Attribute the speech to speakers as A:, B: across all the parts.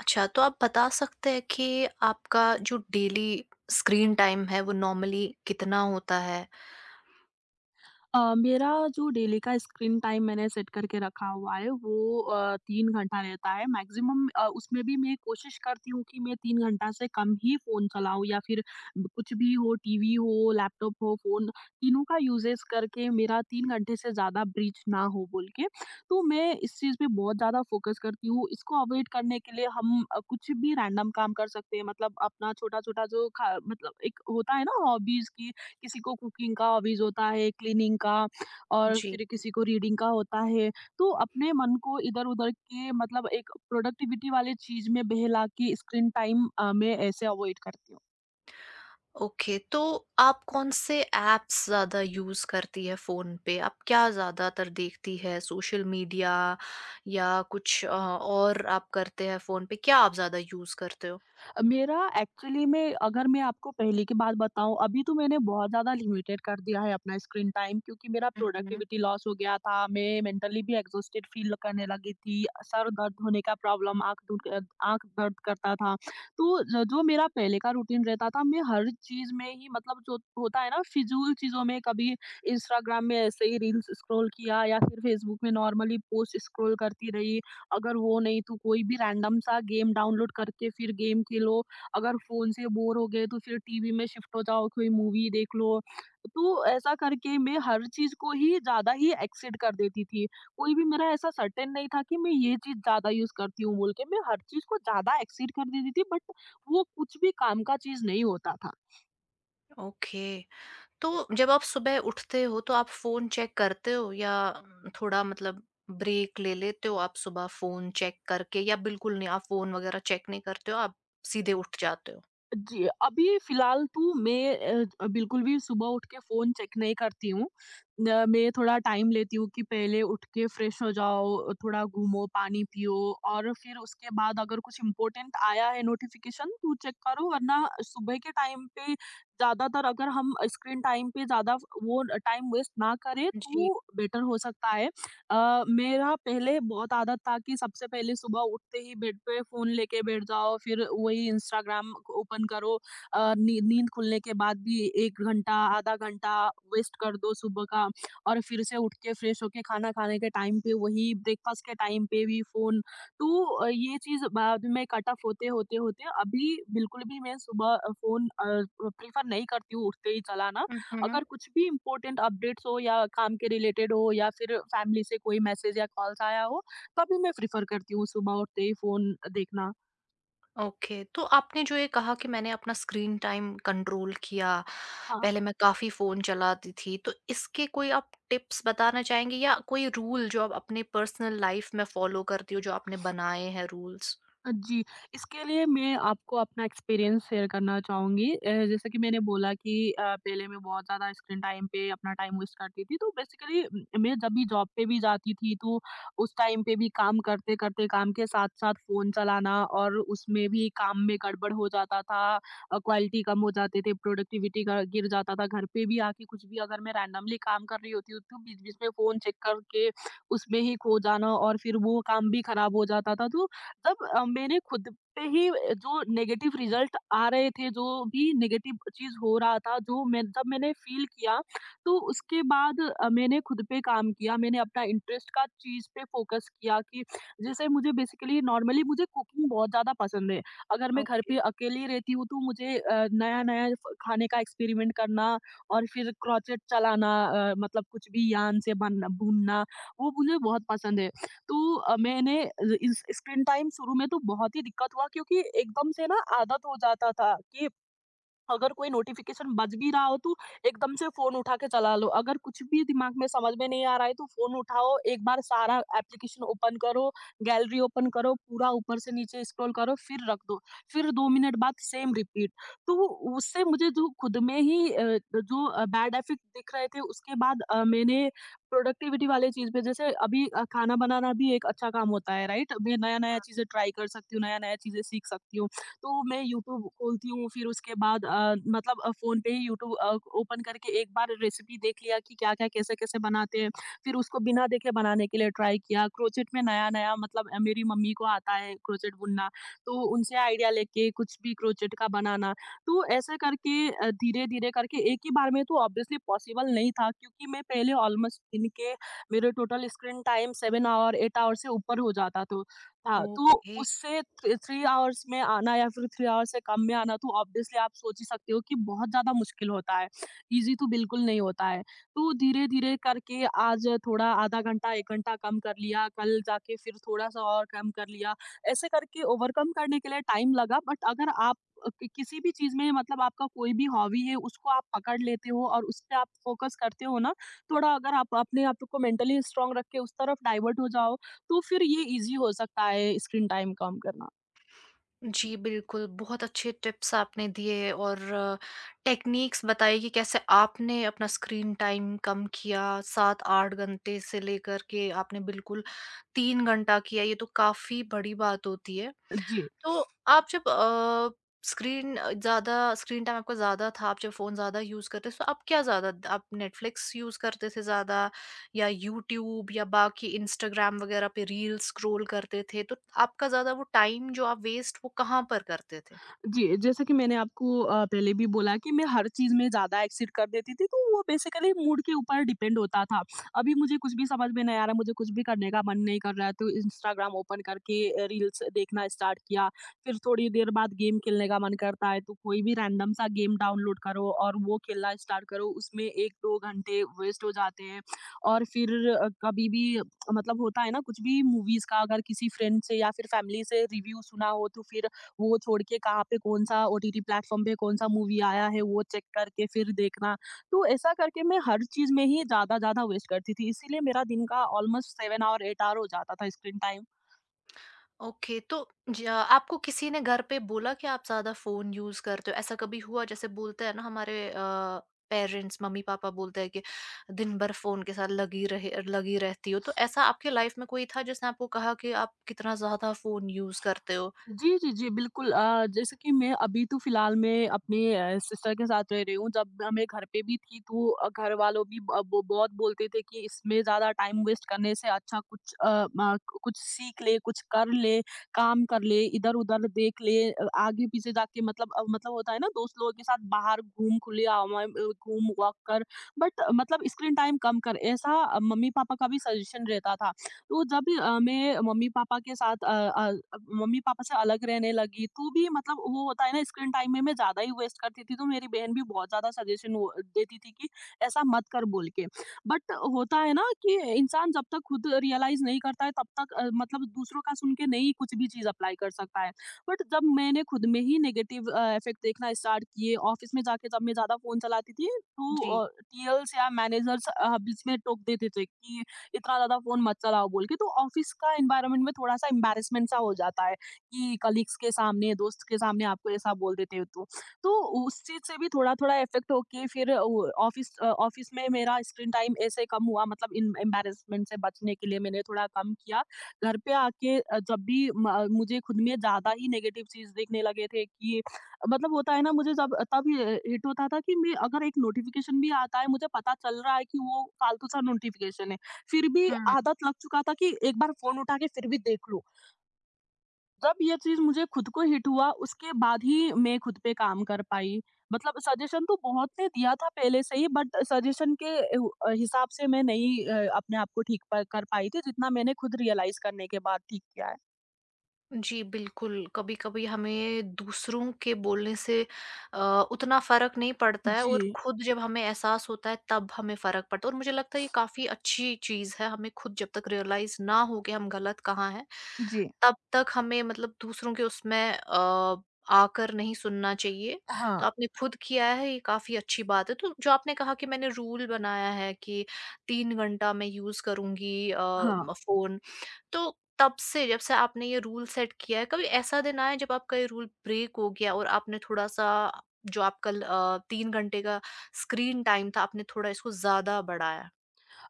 A: अच्छा, तो आप बता सकते हैं कि आपका जो डेली स्क्रीन टाइम है वो नॉर्मली कितना होता है?
B: मेरा जो डेली का स्क्रीन टाइम मैंने सेट करके रखा हुआ है वो, 3 घंटा रहता है मैक्सिमम। उसमें भी मैं कोशिश करती हूँ कि मैं 3 घंटा से कम ही फ़ोन चलाऊँ या फिर कुछ भी हो, टीवी हो, लैपटॉप हो, फ़ोन, तीनों का यूज़ेज़ करके मेरा 3 घंटे से ज़्यादा ब्रीच ना हो बोल के। तो मैं इस चीज़ पे बहुत ज़्यादा फ़ोकस करती हूँ। इसको अवॉइड करने के लिए हम कुछ भी रैंडम काम कर सकते हैं, मतलब अपना छोटा-छोटा जो खा मतलब एक होता है ना हॉबीज़ की, किसी को कुकिंग का हॉबीज़ होता है, क्लीनिंग का और
A: जी।
B: फिर किसी को रीडिंग का होता है। तो अपने मन को इधर-उधर के मतलब एक प्रोडक्टिविटी वाले चीज़ में बहला के स्क्रीन टाइम मैं ऐसे अवॉइड करती हूँ।
A: ओके, तो आप कौन-से ऐप्स ज़्यादा यूज़ करती है फ़ोन पे? आप क्या ज़्यादातर देखती है? सोशल मीडिया या कुछ और आप करते हैं फ़ोन पे? क्या आप ज़्यादा यूज़ करते हो?
B: मेरा एक्चुअली में, अगर मैं आपको पहले की बात बताऊँ, अभी तो मैंने बहुत ज़्यादा लिमिटेड कर दिया है अपना स्क्रीन टाइम, क्योंकि मेरा
A: हुँ।
B: प्रोडक्टिविटी लॉस हो गया था। मैं मेंटली भी एग्जॉस्टेड फ़ील करने लगी थी। सर दर्द होने का प्रॉब्लम, आँख आँख दर्द करता था। तो ज जो मेरा पहले का रूटीन रहता था, मैं हर चीज़ में ही, मतलब जो होता है ना फ़िज़ूल चीज़ों में, कभी इंस्टाग्राम में ऐसे ही रील्स स्क्रॉल किया या फिर फ़ेसबुक में नॉर्मली पोस्ट स्क्रॉल करती रही। अगर वो नहीं तो कोई भी रैंडम सा गेम डाउनलोड करके फिर गेम खेलो, अगर फ़ोन से बोर हो गए तो फिर टीवी में शिफ्ट हो जाओ, कोई मूवी देख लो। तो ऐसा करके मैं हर चीज़ को ही ज़्यादा ही एक्सेड कर देती थी। कोई भी मेरा ऐसा सर्टेन नहीं था कि मैं ये चीज़ ज़्यादा यूज़ करती हूँ बोल के, मैं हर चीज़ को ज़्यादा एक्सेड कर देती थी, बट वो कुछ भी काम का चीज़ नहीं होता था।
A: ओके। तो जब आप सुबह उठते हो तो आप फ़ोन चेक करते हो या थोड़ा मतलब ब्रेक ले लेते हो आप सुबह फ़ोन चेक करके या बिल्कुल नहीं आप फ़ोन वगैरह चेक नहीं करते हो, आप सीधे उठ जाते हो?
B: जी, अभी फ़िलहाल तो मैं बिल्कुल भी सुबह उठ के फ़ोन चेक नहीं करती हूँ। न मैं थोड़ा टाइम लेती हूँ कि पहले उठ के फ्रेश हो जाओ, थोड़ा घूमो, पानी पियो और फिर उसके बाद अगर कुछ इम्पोर्टेंट आया है नोटिफ़िकेशन तो चेक करो, वरना सुबह के टाइम पे ज़्यादातर अगर हम स्क्रीन टाइम पे ज़्यादा वो टाइम वेस्ट ना करें
A: जी।
B: तो बेटर हो सकता है। मेरा पहले बहुत आदत था कि सबसे पहले सुबह उठते ही बेड पे फ़ोन लेके बैठ जाओ, फिर वही इंस्टाग्राम ओपन करो। अ, नी नींद खुलने के बाद भी 1 घंटा, आधा घंटा वेस्ट कर दो सुबह का, और फिर से उठ के फ्रेश होके खाना खाने के टाइम पे वही ब्रेकफ़ास्ट के टाइम पे भी फ़ोन। तो ये चीज़ बाद में कट ऑफ होते, अभी बिल्कुल भी मैं सुबह फ़ोन प्रेफ़र नहीं करती हूँ उठते ही चलाना।
A: हुँ।
B: अगर कुछ भी इम्पोर्टेंट अपडेट्स हो या काम के रिलेटेड हो या फिर फैमिली से कोई मैसेज या कॉल्स आया हो, तभी मैं प्रेफ़र करती हूँ सुबह उठते ही फ़ोन देखना।
A: ओके, तो आपने जो ये कहा कि मैंने अपना स्क्रीन टाइम कंट्रोल किया,
B: हाँ।
A: पहले मैं काफ़ी फ़ोन चलाती थी, तो इसके कोई आप टिप्स बताना चाहेंगी या कोई रूल जो आप अपने पर्सनल लाइफ़ में फ़ॉलो करती हो, जो आपने बनाए हैं रूल्स?
B: जी, इसके लिए मैं आपको अपना एक्सपीरियंस शेयर करना चाहूँगी। जैसे कि मैंने बोला कि पहले मैं बहुत ज़्यादा स्क्रीन टाइम पे अपना टाइम वेस्ट करती थी, तो बेसिकली मैं जब भी जॉब पे भी जाती थी, तो उस टाइम पे भी काम करते-करते, काम के साथ-साथ फ़ोन चलाना, और उसमें भी काम में गड़बड़ हो जाता था। क्वालिटी कम हो जाते थे, प्रोडक्टिविटी ग गिर जाता था। घर पे भी आके कुछ भी अगर मैं रैंडमली काम कर रही होती हूँ, तो बीच-बीच में फ़ोन चेक करके उसमें ही खो जाना और फिर वो काम भी खराब हो जाता था। तो जब मेरे खुद पे ही जो नेगेटिव रिजल्ट आ रहे थे, जो भी नेगेटिव चीज़ हो रहा था, जो मैं जब मैंने फ़ील किया, तो उसके बाद मैंने खुद पे काम किया। मैंने अपना इंटरेस्ट का चीज़ पे फ़ोकस किया कि जैसे मुझे बेसिकली नॉर्मली मुझे कुकिंग बहुत ज़्यादा पसंद है। अगर मैं घर
A: ओके,
B: पे अकेली रहती हूँ, तो मुझे नया-नया फ खाने का एक्सपेरिमेंट करना और फिर क्रोचेट चलाना, मतलब कुछ भी यान से बन भूनना, वो मुझे बहुत पसंद है। तो मैंने इस स्क्रीन टाइम शुरू में तो बहुत ही दिक्कत हुआ, क्योंकि एकदम से ना आदत हो जाता था कि अगर कोई नोटिफिकेशन बज भी रहा हो तो एकदम से फ़ोन उठा के चला लो। अगर कुछ भी दिमाग में समझ में नहीं आ रहा है तो फ़ोन उठाओ, एक बार सारा एप्लीकेशन ओपन करो, गैलरी ओपन करो, पूरा ऊपर से नीचे स्क्रॉल करो, फिर रख दो। फिर 2 मिनट बाद सेम रिपीट। तो वो- उससे मुझे जो खुद में ही बैड इफेक्ट दिख रहे थे उसके बाद मैंने प्रोडक्टिविटी वाले चीज़ पे जैसे अभी खाना बनाना भी एक अच्छा काम होता है, राइट? मैं नया-नया चीज़ें ट्राई कर सकती हूँ, नया-नया चीज़ें सीख सकती हूँ। तो मैं यूट्यूब खोलती हूँ, फिर उसके बाद फ़ोन पे ही यूट्यूब ओपन करके एक बार रेसिपी देख लिया कि क्या-क्या, कैसे-कैसे बनाते हैं। फिर उसको बिना देखे बनाने के लिए ट्राई किया। क्रोचेट में नया-नया मतलब, मेरी मम्मी को आता है क्रोचेट बुनना, तो उनसे आइडिया लेके कुछ भी क्रोचेट का बनाना। तो ऐसे करके धीरे-धीरे करके एक ही बार में तो ऑब्वियसली पॉसिबल नहीं था, क्योंकि मैं पहले ऑलमोस्ट दिन के मेरे total screen time 7 hour 8 hour से ऊपर हो जाता था। हाँ, तो
A: ओके।
B: उससे थ्री 3 आवर्स में आना या फिर 3 आवर्स से कम में आना तो ऑब्वियसली आप सोच ही सकते हो कि बहुत ज़्यादा मुश्किल होता है। ईज़ी तो बिल्कुल नहीं होता है। तो धीरे-धीरे करके आज थोड़ा आधा घंटा, 1 घंटा कम कर लिया, कल जाके फिर थोड़ा-सा और कम कर लिया। ऐसे करके ओवरकम करने के लिए टाइम लगा, बट अगर आप अ, कि किसी भी चीज़ में मतलब आपका कोई भी हॉबी है उसको आप पकड़ लेते हो और उस पे आप फ़ोकस करते हो ना, थोड़ा अगर आप अपने आप को मेंटली स्ट्रॉन्ग रख के उस तरफ डाइवर्ट हो जाओ तो फिर ये ईज़ी हो सकता है स्क्रीन टाइम कम करना।
A: जी, बिल्कुल, बहुत अच्छे टिप्स आपने दिए और टेक्नीक्स बताई कि कैसे आपने अपना स्क्रीन टाइम कम किया, 7-8 घंटे से लेकर के आपने बिल्कुल 3 घंटा किया, ये तो काफ़ी बड़ी बात होती है।
B: जी।
A: तो आप जब स्क्रीन ज़्यादा स्क्रीन टाइम आपका ज़्यादा था, आप जब फ़ोन ज़्यादा यूज़ करते थे, तो आप क्या ज़्यादा आप नेटफ्लिक्स यूज़ करते थे ज़्यादा या यूट्यूब या बाकी इंस्टाग्राम वगैरह पे रील्स स्क्रॉल करते थे? तो आपका ज़्यादा वो टाइम जो आप वेस्ट वो कहाँ पर करते थे?
B: जी, जैसा कि मैंने आपको पहले भी बोला कि मैं हर चीज़ में ज़्यादा एक्सीड कर देती थी, तो वो बेसिकली मूड के ऊपर डिपेंड होता था। अभी मुझे कुछ भी समझ में नहीं आ रहा, मुझे कुछ भी करने का मन नहीं कर रहा है, तो इंस्टाग्राम ओपन करके रील्स देखना स्टार्ट किया। फिर थोड़ी देर बाद गेम खेलने का मन करता है, तो कोई भी रैंडम सा गेम डाउनलोड करो और वो खेलना स्टार्ट करो, उसमें 1-2 घंटे वेस्ट हो जाते हैं। और फिर अ, कभी भी अ, मतलब होता है ना, कुछ भी मूवीज़ का अगर किसी फ्रेंड से या फिर फैमिली से रिव्यू सुना हो, तो फिर वो छोड़ के कहाँ पे कौन-सा ओटीटी प्लेटफ़ॉर्म पे कौन-सा मूवी आया है, वो चेक करके फिर देखना। तो ऐसा करके मैं हर चीज़ में ही ज़्यादा-ज़्यादा वेस्ट करती थी, इसीलिए मेरा दिन का ऑलमोस्ट 7 आवर 8 आवर हो जाता था स्क्रीन टाइम।
A: ओके तो ज आपको किसी ने घर पे बोला कि आप ज़्यादा फ़ोन यूज़ करते हो? ऐसा कभी हुआ जैसे बोलते हैं ना हमारे पेरेंट्स मम्मी-पापा बोलते हैं कि दिन भर फ़ोन के साथ लगी रहती हो। तो ऐसा आपके लाइफ़ में कोई था जिसने आपको कहा कि आप कितना ज़्यादा फ़ोन यूज़ करते हो?
B: जी, जी, जी, बिल्कुल। जैसे कि मैं अभी तो फिलहाल मैं अपने सिस्टर के साथ रह रही हूँ। जब मैं घर पे भी थी तो घर वालों भी ब ब बहुत बोलते थे कि इसमें ज़्यादा टाइम वेस्ट करने से अच्छा कुछ अ, म कुछ सीख ले, कुछ कर ले, काम कर ले, इधर-उधर देख ले, आगे-पीछे जाके मतलब, मतलब होता है ना, दोस्त लोगों के साथ बाहर घूम, खुले हवा में घूम, वॉक कर, बट मतलब स्क्रीन टाइम कम कर। ऐसा मम्मी-पापा का भी सजेशन रहता था। तो जब भी, मैं मम्मी-पापा के साथ, मम्मी-पापा से अलग रहने लगी, तो भी मतलब वो होता है ना, स्क्रीन टाइम में मैं ज़्यादा ही वेस्ट करती थी, तो मेरी बहन भी बहुत ज़्यादा सजेशन वो देती थी कि ऐसा मत कर बोल के। बट होता है ना कि इंसान जब तक खुद रियलाइज़ नहीं करता है तब तक मतलब दूसरों का सुन के नहीं कुछ भी चीज़ अप्लाई कर सकता है। बट जब मैंने खुद में ही नेगेटिव इफ़ेक्ट देखना स्टार्ट किए, ऑफ़िस में जाके जब मैं ज़्यादा फ़ोन चलाती थी, तो
A: जी।
B: टीएल्स या मैनेजर्स बीच में टोक देते थे कि इतना ज़्यादा फ़ोन मत चलाओ बोल के। तो ऑफ़िस का एनवायरनमेंट में थोड़ा-सा एम्बैरेसमेंट सा हो जाता है कि कलीग्स के सामने, दोस्त के सामने आपको ऐसा बोल देते हो तो। तो उस चीज़ से भी थोड़ा-थोड़ा इफ़ेक्ट होके फिर वो ऑफ़िस में मेरा स्क्रीन टाइम ऐसे कम हुआ, मतलब एम एम्बैरेसमेंट से बचने के लिए मैंने थोड़ा कम किया। घर पे आके जब भी म मुझे खुद में ज़्यादा ही नेगेटिव चीज़ दिखने लगे थे कि मतलब होता है ना, मुझे जब तब हि हिट होता था कि मैं, अगर एक नोटिफ़िकेशन भी आता है, मुझे पता चल रहा है कि वो फ़ालतू सा नोटिफ़िकेशन है। फिर भी
A: हुँ।
B: आदत लग चुका था कि एक बार फ़ोन उठा के फिर भी देख लूँ। जब ये चीज़ मुझे खुद को हिट हुआ उसके बाद ही मैं खुद पे काम कर पाई। मतलब सजेशन तो बहुत ने दिया था पहले से ही बट सजेशन के हिसाब से मैं नहीं अपने आप को ठीक प कर पाई थी जितना मैंने खुद रियलाइज़ करने के बाद ठीक किया है।
A: जी, बिल्कुल। कभी-कभी हमें दूसरों के बोलने से अ, उतना फ़र्क नहीं पड़ता है
B: जी।
A: और खुद जब हमें एहसास होता है तब हमें फ़र्क पड़ता है और मुझे लगता है ये काफ़ी अच्छी चीज़ है। हमें खुद जब तक रियलाइज़ ना हो कि हम गलत कहाँ हैं,
B: जी।
A: तब तक हमें मतलब दूसरों के उसमें आकर नहीं सुनना चाहिए। तो
B: हाँ।
A: आपने खुद किया है ये काफ़ी अच्छी बात है। तो जो आपने कहा कि मैंने रूल बनाया है कि 3 घंटा मैं यूज़ करूँगी
B: हाँ।
A: फ़ोन तो तब से जब से आपने ये रूल सेट किया है, कभी ऐसा दिन आया है जब आपका ये रूल ब्रेक हो गया और आपने थोड़ा-सा जो आपका 3 घंटे का स्क्रीन टाइम था, आपने थोड़ा इसको ज़्यादा बढ़ाया?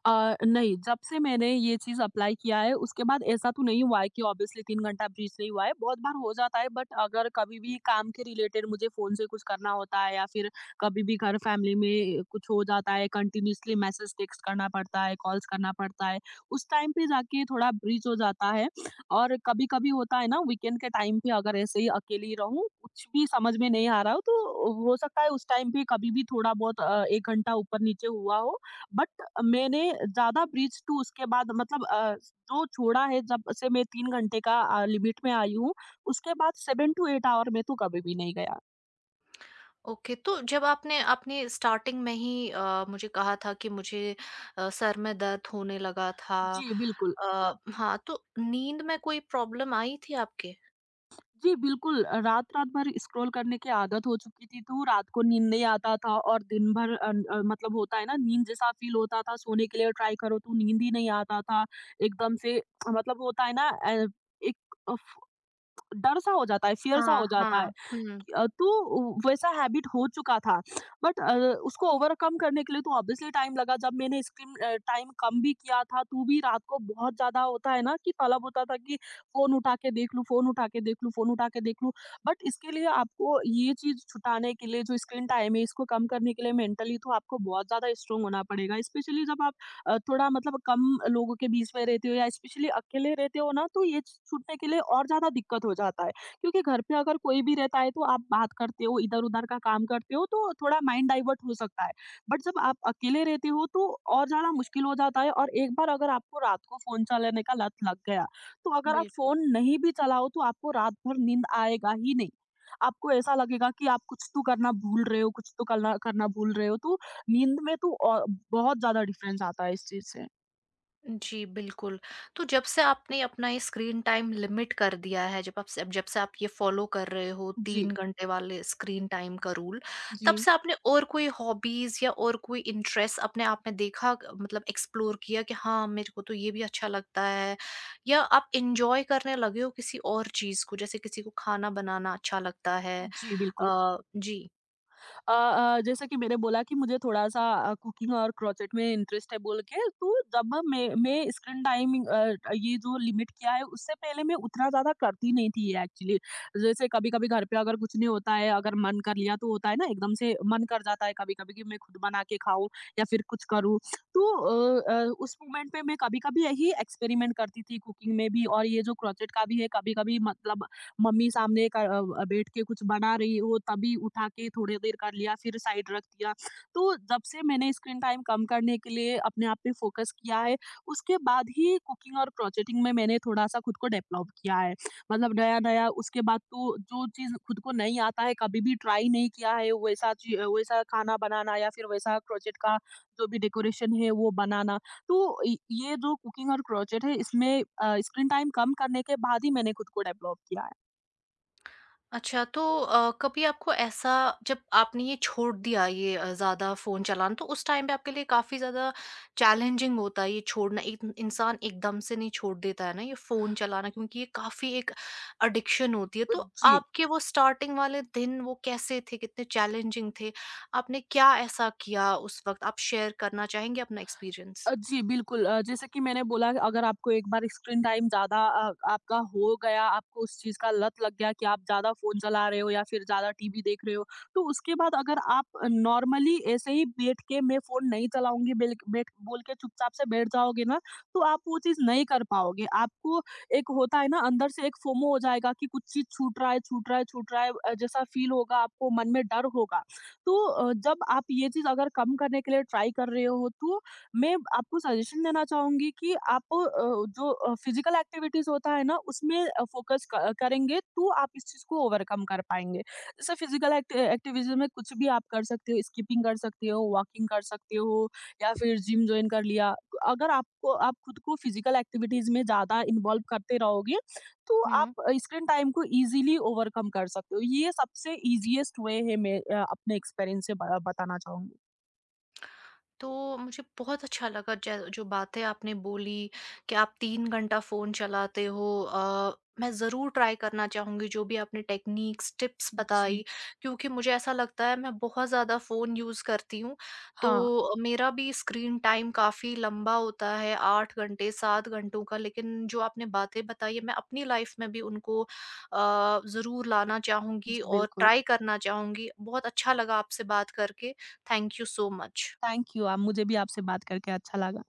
B: नहीं, जब से मैंने ये चीज़ अप्लाई किया है, उसके बाद ऐसा तो नहीं हुआ है कि ऑब्वियसली 3 घंटा ब्रीच नहीं हुआ है, बहुत बार हो जाता है बट अगर कभी भी काम के रिलेटेड मुझे फ़ोन से कुछ करना होता है या फिर कभी भी घर फैमिली में कुछ हो जाता है, कंटीन्यूअसली मैसेज टेक्स्ट करना पड़ता है, कॉल्स करना पड़ता है, उस टाइम पे जाके थोड़ा ब्रीच हो जाता है। और कभी-कभी होता है ना वीकेंड के टाइम पे अगर ऐसे ही अकेली रहूँ, कुछ भी समझ में नहीं आ रहा हो तो हो सकता है उस टाइम पे कभी भी थोड़ा बहुत 1 घंटा ऊपर-नीचे हुआ हो बट मैंने ज़्यादा ब्रीच टू उसके बाद मतलब जो छोड़ा है जब से मैं 3 घंटे का लिमिट में आई हूँ, उसके बाद 7 टू 8 आवर में तो कभी भी नहीं गया।
A: ओके, तो जब आपने आपने स्टार्टिंग में ही मुझे कहा था कि मुझे सर में दर्द होने लगा था
B: जी, बिल्कुल।
A: हाँ, तो नींद में कोई प्रॉब्लम आई थी आपके?
B: जी, बिल्कुल रात-रात भर स्क्रॉल करने की आदत हो चुकी थी तो रात को नींद नहीं आता था और दिन भर मतलब होता है ना नींद जैसा फ़ील होता था, सोने के लिए ट्राई करो तो नींद ही नहीं आता था। एकदम से मतलब होता है ना एक अफ डर-सा हो जाता है, फ़ियर-सा
A: हाँ,
B: हो जाता
A: हाँ।
B: है।
A: हुँ,
B: तो वैसा हैबिट हो चुका था बट उसको ओवरकम करने के लिए तो ऑब्वियसली टाइम लगा जब मैंने स्क्रीन टाइम कम भी किया था तो भी रात को बहुत ज़्यादा होता है ना कि तलब होता था कि फ़ोन उठा के देख लूँ, फ़ोन उठा के देख लूँ, फ़ोन उठा के देख लूँ। बट इसके लिए आपको ये चीज़ छुटाने के लिए जो स्क्रीन टाइम है इसको कम करने के लिए मेंटली तो आपको बहुत ज़्यादा स्ट्रांग होना पड़ेगा। स्पेशली जब आप थोड़ा मतलब कम लोगों के बीच में रहते हो या स्पेशली अकेले रहते हो ना तो ये छूटने के लिए और ज़्यादा दिक्कत हो जाता है। क्योंकि घर पे अगर कोई भी रहता है तो आप बात करते हो, इधर-उधर का काम करते हो तो थोड़ा माइंड डाइवर्ट हो सकता है। बट जब आप अकेले रहते हो तो और ज़्यादा मुश्किल हो जाता है और एक बार अगर आपको रात को फ़ोन चलाने का लत लग गया, तो अगर आप
A: बिल्कुल।
B: फ़ोन नहीं भी चलाओ तो आपको रात भर नींद आएगा ही नहीं। आपको ऐसा लगेगा कि आप कुछ तो करना भूल रहे हो, कुछ तो करना करना भूल रहे हो तो नींद में तो और बहुत ज़्यादा डिफ़रेंस आता है इस चीज़ से।
A: जी, बिल्कुल। तो जब से आपने अपना ये स्क्रीन टाइम लिमिट कर दिया है, जब से आप ये फ़ॉलो कर रहे हो
B: जी,
A: 3 घंटे वाले स्क्रीन टाइम का रूल, तब
B: जी।
A: से आपने और कोई हॉबीज़ या और कोई इंटरेस्ट अपने आप में देखा क मतलब एक्सप्लोर किया कि हाँ, मेरे को तो ये भी अच्छा लगता है या आप एन्जॉय करने लगे हो किसी और चीज़ को, जैसे किसी को खाना बनाना अच्छा लगता है?
B: जी, बिल्कुल।
A: जी।
B: जैसे कि मैंने बोला कि मुझे थोड़ा-सा कुकिंग और क्रोचेट में इंटरेस्ट है बोल के, तो जब मैं स्क्रीन टाइमिंग ये जो लिमिट किया है, उससे पहले मैं उतना ज़्यादा करती नहीं थी ये एक्चुअली। जैसे कभी-कभी घर पे अगर कुछ नहीं होता है, अगर मन कर लिया तो होता है ना एकदम से मन कर जाता है कभी-कभी कि मैं खुद बना के खाऊँ या फिर कुछ करूँ। तो उस मोमेंट पे मैं कभी-कभी यही एक्सपेरिमेंट करती थी कुकिंग में भी और ये जो क्रोचेट का भी है, कभी-कभी मतलब मम्मी सामने बैठ के कुछ बना रही हो तभी उठा के थोड़ी देर कर लिया, फिर साइड रख दिया। तो जब से मैंने स्क्रीन टाइम कम करने के लिए अपने आप पे फ़ोकस किया है, उसके बाद ही कुकिंग और क्रोचेटिंग में मैंने थोड़ा-सा खुद को डेवलप किया है। मतलब नया-नया उसके बाद तो जो चीज़ खुद को नहीं आता है, कभी भी ट्राई नहीं किया है वैसा खाना बनाना या फिर वैसा क्रोचेट का जो भी डेकोरेशन है वो बनाना। तो इ ये जो कुकिंग और क्रोचेट है इसमें स्क्रीन टाइम कम करने के बाद ही मैंने खुद को डेवलप किया है।
A: अच्छा तो कभी आपको ऐसा जब आपने ये छोड़ दिया ये ज़्यादा फ़ोन चलाना तो उस टाइम पे आपके लिए काफ़ी ज़्यादा चैलेंजिंग होता है ये छोड़ना, एक इंसान एकदम से नहीं छोड़ देता है ना ये फ़ोन चलाना क्योंकि ये काफ़ी एक एडिक्शन होती है,
B: 呃，
A: तो
B: 据
A: आपके वो स्टार्टिंग वाले दिन वो कैसे थे, कितने चैलेंजिंग थे, आपने क्या ऐसा किया उस वक्त, आप शेयर करना चाहेंगे अपना एक्सपीरियंस?
B: जी, बिल्कुल। जैसे कि मैंने बोला अगर आपको एक बार स्क्रीन टाइम ज़्यादा आपका हो गया, आपको उस चीज़ का लत लग गया कि आप ज़्यादा फ़ोन चला रहे हो या फिर ज़्यादा टीवी देख रहे हो, तो उसके बाद अगर आप नॉर्मली ऐसे ही बैठ के मैं फ़ोन नहीं चलाऊँगी बेल्क बैठ बोल के चुपचाप से बैठ जाओगे ना, तो आप वो चीज़ नहीं कर पाओगे। आपको एक होता है ना अंदर से एक फोमो हो जाएगा कि कुछ चीज़ छूट रहा है, छूट रहा है, छूट रहा है जैसा फ़ील होगा आपको मन में डर होगा। तो जब आप ये चीज़ अगर कम करने के लिए ट्राई कर रहे हो तो मैं आपको सजेशन देना चाहूँगी कि आप जो फ़िज़िकल एक्टिविटीज़ होता है ना, उसमें फ़ोकस क करेंगे तो आप इस चीज़ को ओवरकम कर पाएँगे। जैसे फ़िज़िकल एक्टिविज़ में कुछ भी आप कर सकते हो, स्किपिंग कर सकते हो, वॉकिंग कर सकते हो या फिर जिम जॉइन कर लिया। अगर आपको आप खुद को फ़िज़िकल एक्टिविटीज़ में ज़्यादा इन्वॉल्व करते रहोगे, तो आप स्क्रीन टाइम को ईज़िली ओवरकम कर सकते हो। ये सबसे ईज़िएस्ट वे है मैं अपने एक्सपीरियंस से ब बताना चाहूँगी।
A: तो मुझे बहुत अच्छा लगा जै जो बातें आपने बोली कि आप 3 घंटा फ़ोन चलाते हो, मैं ज़रूर ट्राई करना चाहूँगी जो भी आपने टेक्निक्स, टिप्स
B: जी।
A: बताई क्योंकि मुझे ऐसा लगता है मैं बहुत ज़्यादा फ़ोन यूज़ करती हूँ,
B: हाँ।
A: तो मेरा भी स्क्रीन टाइम काफ़ी लंबा होता है 8 घंटे, 7 घंटों का, लेकिन जो आपने बातें बताई है मैं अपनी लाइफ़ में भी उनको ज़रूर लाना चाहूँगी
B: जी,
A: और
B: बिल्कुल।
A: ट्राई करना चाहूँगी। बहुत अच्छा लगा आपसे बात करके। Thank you so much.
B: Thank you आप मुझे भी आपसे बात करके अच्छा लगा।